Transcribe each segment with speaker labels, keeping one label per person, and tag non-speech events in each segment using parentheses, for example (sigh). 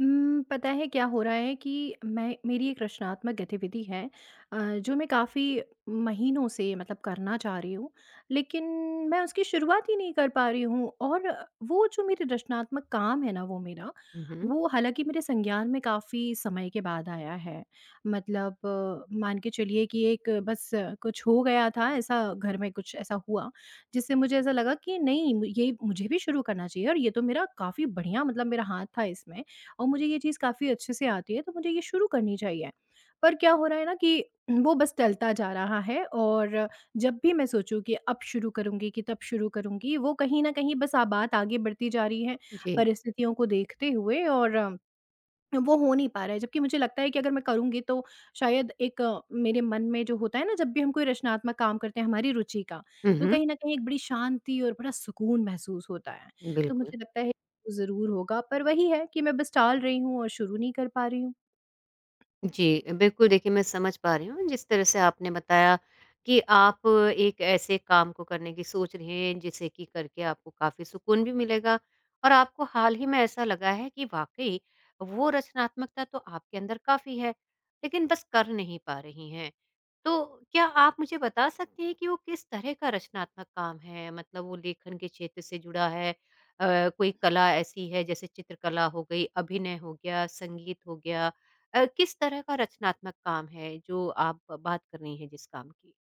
Speaker 1: पता है क्या हो रहा है कि मैं मेरी एक रचनात्मक गतिविधि है, जो मैं काफ़ी महीनों से मतलब करना चाह रही हूँ, लेकिन मैं उसकी शुरुआत ही नहीं कर पा रही हूँ। और वो जो मेरे रचनात्मक काम है ना,
Speaker 2: हुँ, हुँ।
Speaker 1: वो हालाँकि मेरे संज्ञान में काफ़ी समय के बाद आया है। मतलब मान के चलिए कि एक बस कुछ हो गया था, ऐसा घर में कुछ ऐसा हुआ, जिससे मुझे ऐसा लगा कि नहीं, ये मुझे भी शुरू करना चाहिए। और ये तो मेरा काफ़ी बढ़िया, मतलब मेरा हाथ था इसमें और मुझे ये चीज़ काफ़ी अच्छे से आती है, तो मुझे ये शुरू करनी चाहिए। पर क्या हो रहा है ना कि वो बस टलता जा रहा है, और जब भी मैं सोचूँ कि अब शुरू करूँगी कि तब शुरू करूँगी, वो कहीं न कहीं बस आ बात आगे बढ़ती जा रही है,
Speaker 2: जी।
Speaker 1: परिस्थितियों को देखते हुए, और वो हो नहीं पा रहा है। जबकि मुझे लगता है कि अगर मैं करूँगी तो शायद एक, मेरे मन में जो होता है ना, जब भी हम कोई रचनात्मक काम करते हैं हमारी रुचि का,
Speaker 2: हुँ,
Speaker 1: तो
Speaker 2: हुँ।
Speaker 1: कहीं न कहीं एक बड़ी शांति और बड़ा सुकून महसूस होता है। तो
Speaker 2: बिल्कुल।
Speaker 1: मुझे लगता है ज़रूर होगा, पर वही है कि मैं बस टाल रही हूँ और शुरू नहीं कर पा रही हूँ।
Speaker 2: जी, बिल्कुल देखिए मैं समझ पा रही हूँ जिस तरह से आपने बताया कि आप एक ऐसे काम को करने की सोच रहे हैं जिसे कि करके आपको काफ़ी सुकून भी मिलेगा और आपको हाल ही में ऐसा लगा है कि वाक़ई वो रचनात्मकता तो आपके अंदर काफ़ी है, लेकिन बस कर नहीं पा रही हैं। तो क्या आप मुझे बता सकती हैं कि वो किस तरह का रचनात्मक काम है? मतलब वो लेखन के क्षेत्र से जुड़ा है कोई कला ऐसी है जैसे चित्रकला हो गई, अभिनय हो गया, संगीत हो गया। किस तरह का रचनात्मक काम है जो आप बात कर रही हैं जिस काम की?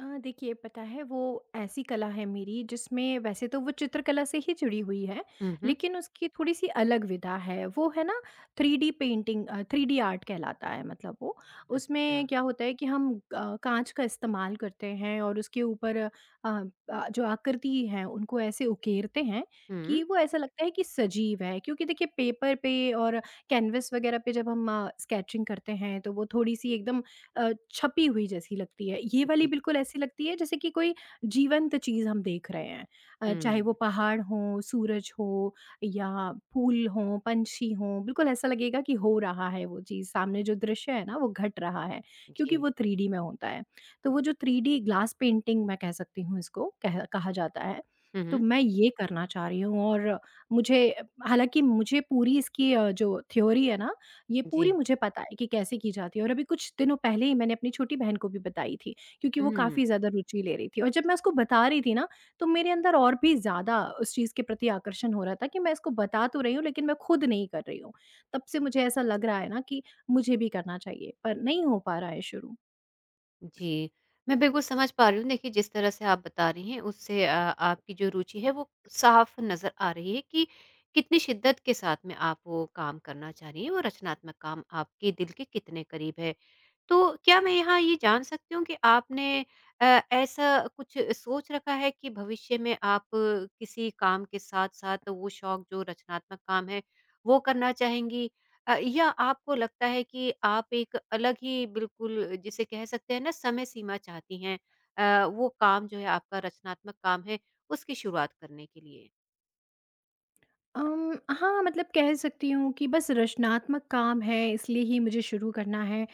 Speaker 1: देखिए, पता है वो ऐसी कला है मेरी, जिसमें वैसे तो वो चित्रकला से ही जुड़ी हुई है,
Speaker 2: हुँ, हुँ।
Speaker 1: लेकिन उसकी थोड़ी-सी अलग विधा है। वो है ना 3D पेंटिंग, 3D आर्ट कहलाता है मतलब वो।
Speaker 2: अच्छा।
Speaker 1: उसमें क्या होता है कि हम काँच का इस्तेमाल करते हैं और उसके ऊपर जो आकृति हैं उनको ऐसे उकेरते हैं
Speaker 2: हुँ।
Speaker 1: कि वो ऐसा लगता है कि सजीव है। क्योंकि देखिए पेपर पे और कैनवस वगैरह पे जब हम स्केचिंग करते हैं, तो वो थोड़ी-सी एकदम, छपी हुई जैसी लगती है। ये वाली
Speaker 2: जी।
Speaker 1: बिल्कुल ऐसी लगती है जैसे कि कोई जीवंत चीज़ हम देख रहे हैं। चाहे
Speaker 2: हुँ।
Speaker 1: वो पहाड़ हों, सूरज हो या फूल हों, पंछी हों, बिल्कुल ऐसा लगेगा कि हो रहा है वो चीज़। सामने जो दृश्य है ना वो घट रहा है, क्योंकि
Speaker 2: जी।
Speaker 1: वो 3D में होता है। तो वो जो 3D ग्लास पेंटिंग, मैं कह सकती हूँ इसको कह कहा जाता है।
Speaker 2: हुँ,
Speaker 1: तो
Speaker 2: हुँ।
Speaker 1: मैं ये करना चाह रही हूँ। और मुझे, हालाँकि मुझे पूरी इसकी जो थ्योरी है ना, ये पूरी
Speaker 2: जी।
Speaker 1: मुझे पता है कि कैसे की जाती है। और अभी कुछ दिनों पहले ही मैंने अपनी छोटी बहन को भी बताई थी, क्योंकि वो
Speaker 2: हुँ।
Speaker 1: काफ़ी ज़्यादा रुचि ले रही थी। और जब मैं उसको बता रही थी ना, तो मेरे अंदर और भी ज़्यादा उस चीज़ के प्रति आकर्षण हो रहा था कि मैं इसको बता तो रही हूँ, लेकिन मैं खुद नहीं कर रही हूँ। तब से मुझे ऐसा लग रहा है ना कि मुझे भी करना चाहिए, पर नहीं हो पा रहा है शुरू।
Speaker 2: जी, मैं बिल्कुल समझ पा रही हूँ। देखिए, जिस तरह से आप बता रही हैं उससे आपकी जो रुचि है वो साफ नज़र आ रही है कि कितनी शिद्दत के साथ में आप वो काम करना चाह रही हैं, वो रचनात्मक काम आपके दिल के कितने करीब है। तो क्या मैं यहाँ ये जान सकती हूँ कि आपने ऐसा कुछ सोच रखा है कि भविष्य में आप किसी काम के साथ-साथ वो शौक जो रचनात्मक काम है, वो करना चाहेंगी? या आपको लगता है कि आप एक अलग ही बिल्कुल जिसे कह सकते हैं ना समय सीमा चाहती हैं। वो काम जो है आपका रचनात्मक काम है उसकी शुरुआत करने के लिए?
Speaker 1: हाँ, मतलब कह सकती हूँ कि बस रचनात्मक काम है, इसलिए ही मुझे शुरू करना है।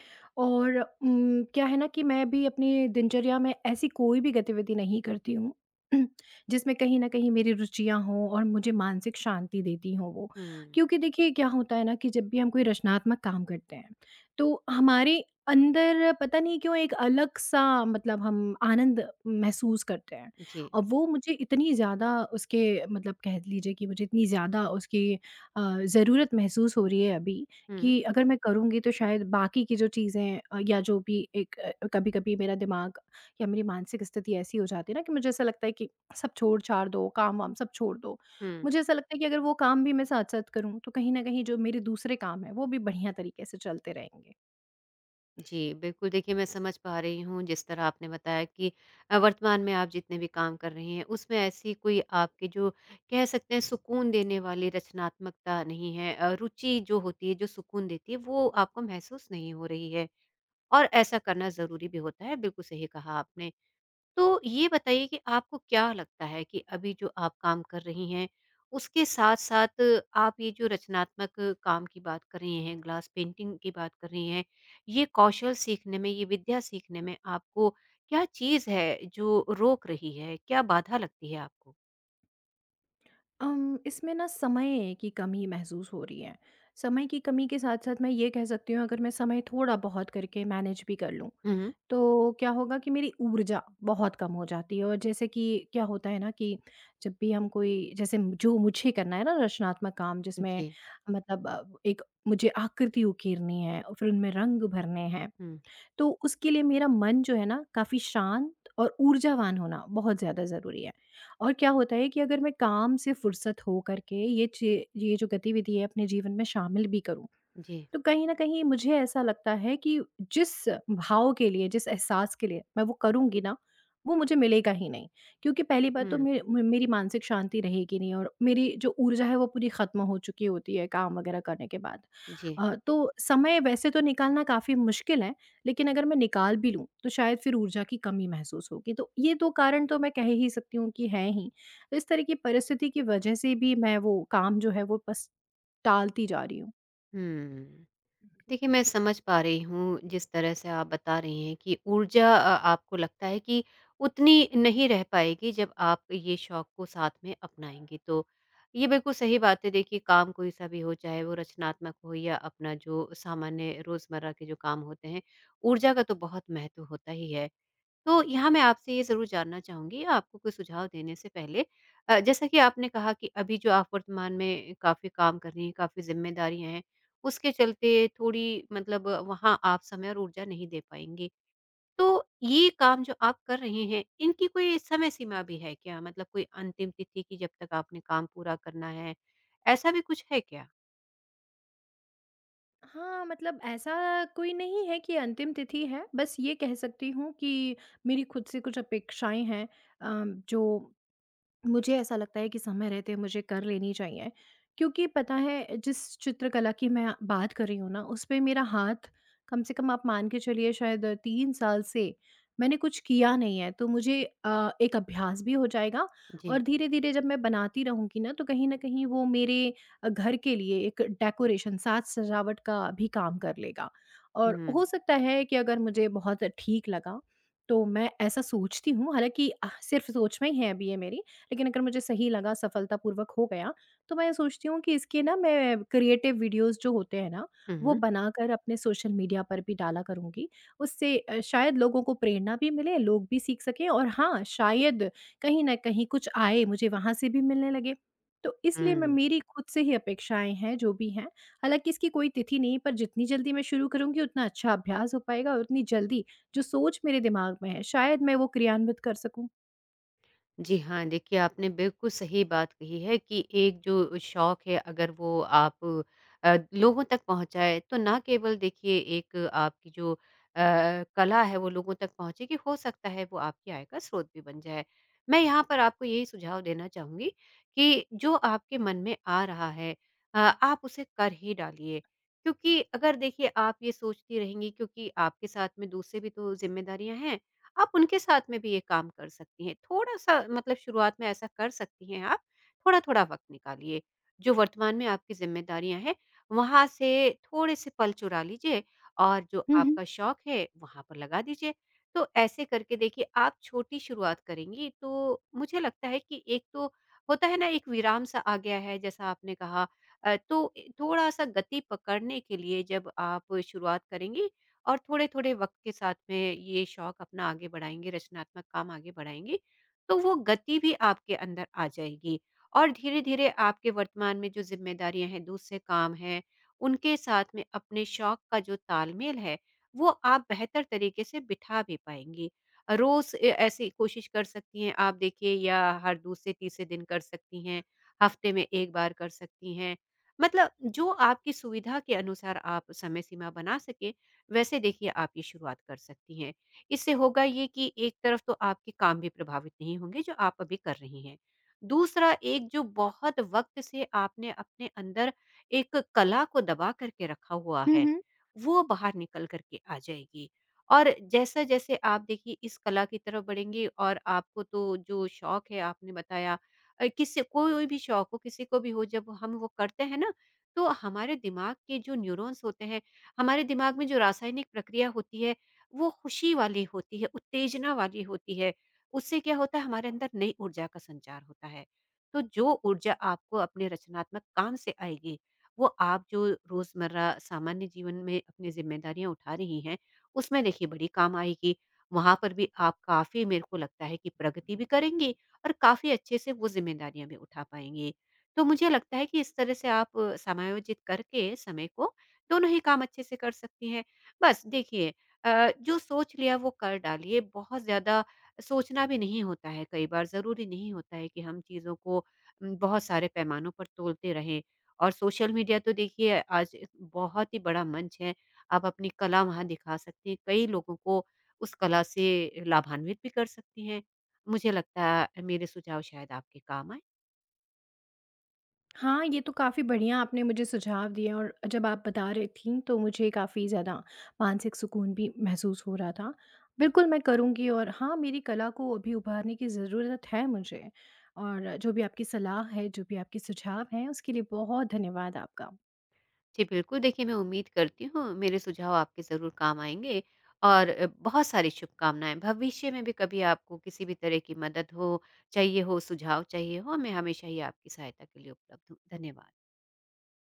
Speaker 1: और क्या है ना कि मैं भी अपनी दिनचर्या में ऐसी कोई भी गतिविधि नहीं करती हूँ (clears throat) जिसमें कहीं न कहीं मेरी रुचियाँ हों और मुझे मानसिक शांति देती हों वो।
Speaker 2: हुँ,
Speaker 1: क्योंकि देखिए क्या होता है ना कि जब भी हम कोई रचनात्मक काम करते हैं, तो हमारे अंदर पता नहीं क्यों एक अलग-सा, मतलब हम आनंद महसूस करते हैं।
Speaker 2: जी।
Speaker 1: और वो मुझे इतनी ज़्यादा उसके, मतलब कह लीजिए कि मुझे इतनी ज़्यादा उसकी ज़रूरत महसूस हो रही है अभी,
Speaker 2: हुँ,
Speaker 1: कि अगर मैं करूँगी तो शायद बाकी की जो चीज़ें, या जो भी एक, कभी-कभी मेरा दिमाग या मेरी मानसिक स्थिति ऐसी हो जाती है ना कि मुझे ऐसा लगता है कि सब छोड़-छाड़ दो, काम-वाम सब छोड़ दो।
Speaker 2: हुँ।
Speaker 1: मुझे ऐसा लगता है कि अगर वो काम भी मैं साथ-साथ करूँ, तो कहीं न कहीं जो मेरे दूसरे काम हैं, वो भी बढ़िया तरीके से चलते रहेंगे।
Speaker 2: जी, बिल्कुल देखिए मैं समझ पा रही हूँ जिस तरह आपने बताया कि वर्तमान में आप जितने भी काम कर रही हैं उसमें ऐसी कोई आपके जो कह सकते हैं सुकून देने वाली रचनात्मकता नहीं है। रुचि जो होती है जो सुकून देती है वो आपको महसूस नहीं हो रही है। और ऐसा करना ज़रूरी भी होता है, बिल्कुल सही कहा आपने। तो ये बताइए कि आपको क्या लगता है कि अभी जो आप काम कर रही हैं, उसके साथ-साथ आप ये जो रचनात्मक काम की बात कर रही हैं, ग्लास पेंटिंग की बात कर रही हैं, ये कौशल सीखने में, ये विद्या सीखने में आपको क्या चीज़ है जो रोक रही है? क्या बाधा लगती है आपको?
Speaker 1: इसमें ना समय की कमी महसूस हो रही है। समय की कमी के साथ-साथ मैं ये कह सकती हूँ, अगर मैं समय थोड़ा बहुत करके मैनेज भी कर लूँ,
Speaker 2: हुँ, हुँ।
Speaker 1: तो क्या होगा कि मेरी ऊर्जा बहुत कम हो जाती है। और जैसे कि क्या होता है ना कि जब भी हम कोई, जैसे जो मुझे करना है ना, रचनात्मक काम जिसमें
Speaker 2: जी।
Speaker 1: मतलब एक, मुझे आकृति उकेरनी है और फिर उनमें रंग भरने हैं,
Speaker 2: हुँ,
Speaker 1: तो उसके लिए मेरा मन जो है ना, काफ़ी शांत और ऊर्जावान होना बहुत ज़्यादा ज़रूरी है। और क्या होता है कि अगर मैं काम से फुर्सत हो कर के ये चे ये जो गतिविधि है अपने जीवन में शामिल भी करूँ,
Speaker 2: जी।
Speaker 1: तो कहीं न कहीं मुझे ऐसा लगता है कि जिस भाव के लिए, जिस एहसास के लिए मैं वो करूँगी ना, वो मुझे मिलेगा ही नहीं। क्योंकि पहली बात तो
Speaker 2: हुँ,
Speaker 1: मे मे- मेरी मानसिक शांति रहेगी नहीं, और मेरी जो ऊर्जा है वो पूरी ख़त्म हो चुकी होती है काम वग़ैरह करने के बाद।
Speaker 2: जी।
Speaker 1: तो समय वैसे तो निकालना काफ़ी मुश्किल है, लेकिन अगर मैं निकाल भी लूँ, तो शायद फिर ऊर्जा की कमी महसूस होगी। तो ये दो कारण तो मैं कह ही सकती हूँ कि हैं ही। तो इस तरह की परिस्थिति की वजह से भी मैं वो काम जो है, वो बस टालती जा रही हूँ।
Speaker 2: हुँ। देखिए, मैं समझ पा रही हूँ जिस तरह से आप बता रही हैं कि ऊर्जा आपको लगता है कि उतनी नहीं रह पाएगी जब आप ये शौक को साथ में अपनाएँगे तो। ये बिल्कुल सही बात है देखिए काम कोई सा भी हो चाहे वो रचनात्मक हो या अपना जो सामान्य रोज़मर्रा के जो काम होते हैं, ऊर्जा का तो बहुत महत्व होता ही है। तो यहाँ मैं आपसे ये ज़रूर जानना चाहूँगी, आपको कोई सुझाव देने से पहले जैसा कि आपने कहा कि अभी जो आप वर्तमान में काफ़ी काम कर रही हैं, काफ़ी ज़िम्मेदारियाँ हैं, उसके चलते थोड़ी मतलब वहाँ आप समय और ऊर्जा नहीं दे पाएँगी। तो ये काम जो आप कर रहे हैं, इनकी कोई समय सीमा भी है क्या? मतलब कोई अंतिम तिथि कि जब तक आपने काम पूरा करना है, ऐसा भी कुछ है क्या?
Speaker 1: हाँ, मतलब ऐसा कोई नहीं है कि अंतिम तिथि है, बस ये कह सकती हूँ कि मेरी खुद से कुछ अपेक्षाएँ हैं, अ, जो मुझे ऐसा लगता है कि समय रहते मुझे कर लेनी चाहिए। क्योंकि पता है जिस चित्रकला की मैं बात कर रही हूँ ना, उस पे मेरा हाथ, कम से कम आप मान के चलिए शायद 3 साल से मैंने कुछ किया नहीं है, तो मुझे एक अभ्यास भी हो जाएगा।
Speaker 2: जी।
Speaker 1: और धीरे धीरे जब मैं बनाती रहूंगी ना, तो कहीं ना कहीं वो मेरे घर के लिए एक डेकोरेशन, साज सजावट का भी काम कर लेगा। और
Speaker 2: हुँ।
Speaker 1: हो सकता है कि अगर मुझे बहुत ठीक लगा, तो मैं ऐसा सोचती हूँ, हालांकि सिर्फ सोच में ही है अभी ये मेरी, लेकिन अगर मुझे सही लगा सफलतापूर्वक हो गया, तो मैं सोचती हूँ कि इसके ना मैं क्रिएटिव वीडियोज़ जो होते हैं ना,
Speaker 2: हुँ,
Speaker 1: वो
Speaker 2: हुँ।
Speaker 1: बनाकर अपने सोशल मीडिया पर भी डाला करूँगी। उससे शायद लोगों को प्रेरणा भी मिले, लोग भी सीख सकें, और हाँ, शायद कहीं न कहीं कुछ आय मुझे वहाँ से भी मिलने लगे। तो इसलिए मैं,
Speaker 2: हुँ।
Speaker 1: मेरी खुद से ही अपेक्षाएँ हैं, जो भी हैं। हालाँकि इसकी कोई तिथि नहीं है, पर जितनी जल्दी मैं शुरू करूँगी उतना अच्छा अभ्यास हो पाएगा और उतनी जल्दी जो सोच मेरे दिमाग में है, शायद मैं वो क्रियान्वित कर सकूँ।
Speaker 2: जी हाँ, देखिए आपने बिल्कुल सही बात कही है कि एक जो शौक है अगर वो आप लोगों तक पहुँचाएँ तो ना केवल देखिए एक आपकी जो कला है वो लोगों तक पहुँचेगी, हो सकता है वो आपकी आय का स्रोत भी बन जाए। मैं यहाँ पर आपको यही सुझाव देना चाहूँगी कि जो आपके मन में आ रहा है आप उसे कर ही डालिए। क्योंकि अगर देखिए आप ये सोचती रहेंगी क्योंकि आपके साथ में दूसरे भी तो ज़िम्मेदारियाँ हैं आप उनके साथ में भी ये काम कर सकती हैं। थोड़ा-सा मतलब शुरुआत में ऐसा कर सकती हैं आप, थोड़ा-थोड़ा वक़्त निकालिए। जो वर्तमान में आपकी ज़िम्मेदारियाँ हैं, वहाँ से थोड़े-से पल चुरा लीजिए और जो
Speaker 1: हुँ, हुँ।
Speaker 2: आपका शौक है, वहाँ पर लगा दीजिए। तो ऐसे करके देखिए आप छोटी शुरुआत करेंगी तो मुझे लगता है कि एक तो होता है ना एक विराम-सा आ गया है जैसा आपने कहा। तो ए थोड़ा-सा गति पकड़ने के लिए जब आप शुरुआत करेंगी और थोड़े-थोड़े वक़्त के साथ में ये शौक अपना आगे बढ़ाएँगे, रचनात्मक काम आगे बढ़ाएँगे, तो वो गति भी आपके अंदर आ जाएगी। और धीरे-धीरे आपके वर्तमान में जो ज़िम्मेदारियाँ हैं, दूसरे काम हैं, उनके साथ में अपने शौक का जो तालमेल है, वो आप बेहतर तरीके से बिठा भी पाएँगी। रोज़ ए ऐसी कोशिश कर सकती हैं आप देखिए या हर दूसरे-तीसरे दिन कर सकती हैं, हफ़्ते में 1 बार कर सकती हैं। मतलब जो आपकी सुविधा के अनुसार आप समय सीमा बना सकें, वैसे देखिए आप ये शुरुआत कर सकती हैं। इससे होगा ये कि एक तरफ तो आपके काम भी प्रभावित नहीं होंगे जो आप अभी कर रही हैं। दूसरा एक जो बहुत वक़्त से आपने अपने अंदर एक कला को दबा कर के रखा हुआ
Speaker 1: हुँ,
Speaker 2: है,
Speaker 1: हुँ।
Speaker 2: वो बाहर निकल कर के आ जाएगी। और जैसा-जैसे आप देखिए इस कला की तरफ बढ़ेंगी और आपको तो जो शौक है आपने बताया। किसी कोई भी शौक हो, किसी को भी हो जब हम वो करते हैं ना, तो हमारे दिमाग के जो न्यूरॉन्स होते हैं हमारे दिमाग में जो रासायनिक प्रक्रिया होती है वो खुशी वाली होती है, उत्तेजना वाली होती है। उससे क्या होता है हमारे अंदर नई ऊर्जा का संचार होता है। तो जो ऊर्जा आपको अपने रचनात्मक काम से आएगी, वो आप जो रोज़मर्रा सामान्य जीवन में अपनी ज़िम्मेदारियाँ उठा रही हैं, उसमें देखिए बड़ी काम आएगी। वहाँ पर भी आप काफ़ी मेरे को लगता है कि प्रगति भी करेंगी और काफ़ी अच्छे से वो ज़िम्मेदारियाँ भी उठा पाएँगी। तो मुझे लगता है कि इस तरह से आप समायोजित करके समय को दोनों ही काम अच्छे से कर सकती हैं। बस देखिए जो सोच लिया वो कर डालिए, बहुत ज़्यादा सोचना भी नहीं होता है कई बार, ज़रूरी नहीं होता है कि हम चीज़ों को बहुत सारे पैमानों पर तोलते रहें। और सोशल मीडिया तो देखिए आज एक बहुत ही बड़ा मंच है, आप अपनी कला वहाँ दिखा सकती हैं, कई लोगों को उस कला से लाभान्वित भी कर सकती हैं। मुझे लगता है मेरे सुझाव शायद आपके काम आएँ।
Speaker 1: हाँ, ये तो काफ़ी बढ़िया आपने मुझे सुझाव दिए, और जब आप बता रही थीं, तो मुझे काफ़ी ज़्यादा मानसिक सुकून भी महसूस हो रहा था। बिल्कुल, मैं करूँगी, और हाँ, मेरी कला को अभी उभारने की ज़रूरत है मुझे। और जो भी आपकी सलाह है, जो भी आपके सुझाव हैं, उसके लिए बहुत धन्यवाद आपका।
Speaker 2: जी बिल्कुल, देखिए मैं उम्मीद करती हूँ मेरे सुझाव आपके ज़रूर काम आएँगे और बहुत सारी शुभकामनाएँ। भविष्य में भी कभी आपको किसी भी तरह की मदद हो, चाहिए हो, सुझाव चाहिए हो, मैं हमेशा ही आपकी सहायता के लिए उपलब्ध हूँ। धन्यवाद।